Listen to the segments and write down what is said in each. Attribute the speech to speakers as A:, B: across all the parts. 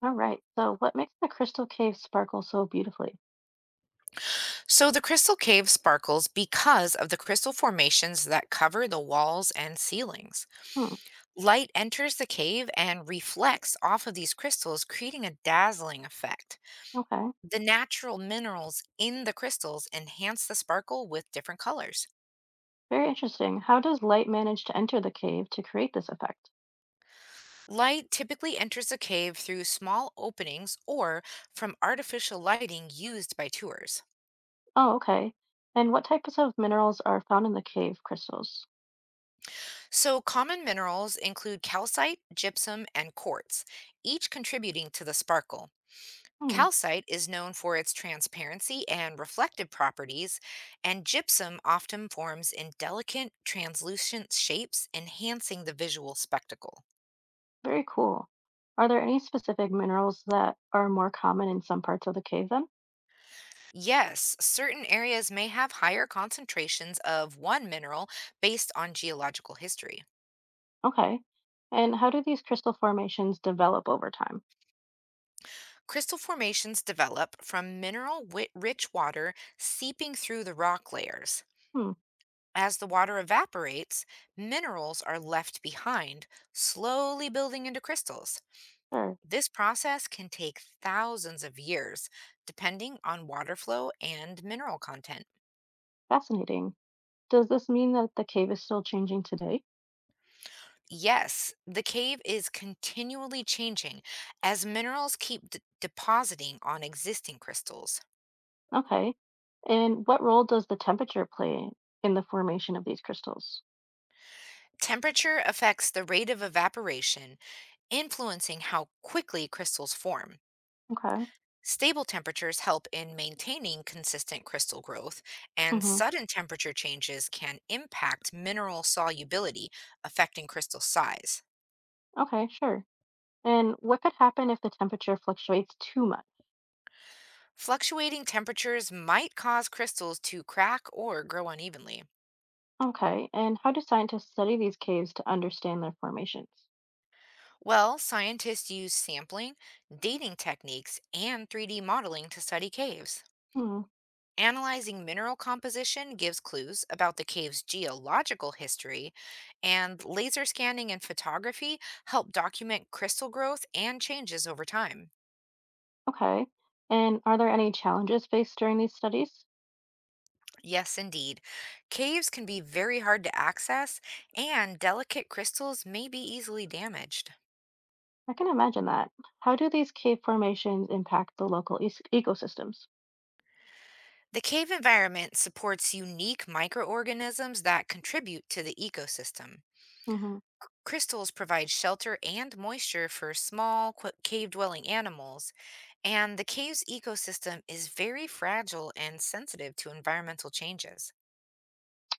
A: All right. So, what makes the crystal cave sparkle so beautifully?
B: So the crystal cave sparkles because of the crystal formations that cover the walls and ceilings.
A: Hmm.
B: Light enters the cave and reflects off of these crystals, creating a dazzling effect.
A: Okay.
B: The natural minerals in the crystals enhance the sparkle with different colors.
A: Very interesting. How does light manage to enter the cave to create this effect?
B: Light typically enters the cave through small openings or from artificial lighting used by tours.
A: Oh, okay. And what types of minerals are found in the cave crystals?
B: So, common minerals include calcite, gypsum, and quartz, each contributing to the sparkle.
A: Hmm.
B: Calcite is known for its transparency and reflective properties, and gypsum often forms in delicate, translucent shapes, enhancing the visual spectacle.
A: Very cool. Are there any specific minerals that are more common in some parts of the cave then?
B: Yes, certain areas may have higher concentrations of one mineral based on geological history.
A: Okay. And how do these crystal formations develop over time?
B: Crystal formations develop from mineral rich water seeping through the rock layers.
A: Hmm.
B: As the water evaporates, minerals are left behind, slowly building into crystals.
A: Sure.
B: This process can take thousands of years, depending on water flow and mineral content.
A: Fascinating. Does this mean that the cave is still changing today?
B: Yes, the cave is continually changing as minerals keep depositing on existing crystals.
A: Okay. And what role does the temperature play in the formation of these crystals?
B: Temperature affects the rate of evaporation, influencing how quickly crystals form.
A: Okay.
B: Stable temperatures help in maintaining consistent crystal growth, and
A: Hmm.
B: sudden temperature changes can impact mineral solubility, affecting crystal size.
A: Okay, sure. And what could happen if the temperature fluctuates too much?
B: Fluctuating temperatures might cause crystals to crack or grow unevenly.
A: Okay. And how do scientists study these caves to understand their formations?
B: Well, scientists use sampling, dating techniques, and 3D modeling to study caves.
A: Hmm.
B: Analyzing mineral composition gives clues about the cave's geological history, and laser scanning and photography help document crystal growth and changes over time.
A: Okay. And are there any challenges faced during these studies?
B: Yes, indeed. Caves can be very hard to access, and delicate crystals may be easily damaged.
A: I can imagine that. How do these cave formations impact the local ecosystems?
B: The cave environment supports unique microorganisms that contribute to the ecosystem.
A: Hmm.
B: Crystals provide shelter and moisture for small cave dwelling animals, and the cave's ecosystem is very fragile and sensitive to environmental changes.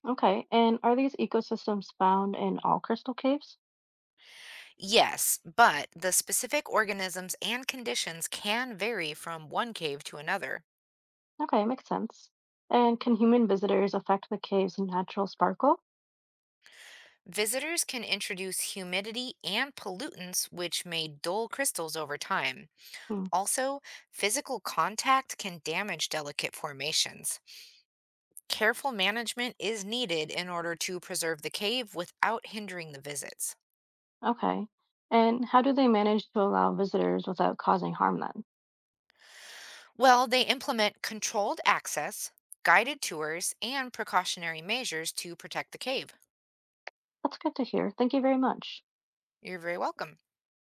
A: Okay. And are these ecosystems found in all crystal caves?
B: Yes, but the specific organisms and conditions can vary from one cave to another.
A: Okay, makes sense. And can human visitors affect the cave's natural sparkle?
B: Visitors can introduce humidity and pollutants, which may dull crystals over time.
A: Hmm,
B: Also, physical contact can damage delicate formations. Careful management is needed in order to preserve the cave without hindering the visits.
A: okay. And how do they manage to allow visitors without causing harm then?
B: Well, they implement controlled access, guided tours, and precautionary measures to protect the cave.
A: That's good to hear. Thank you very much.
B: You're very welcome.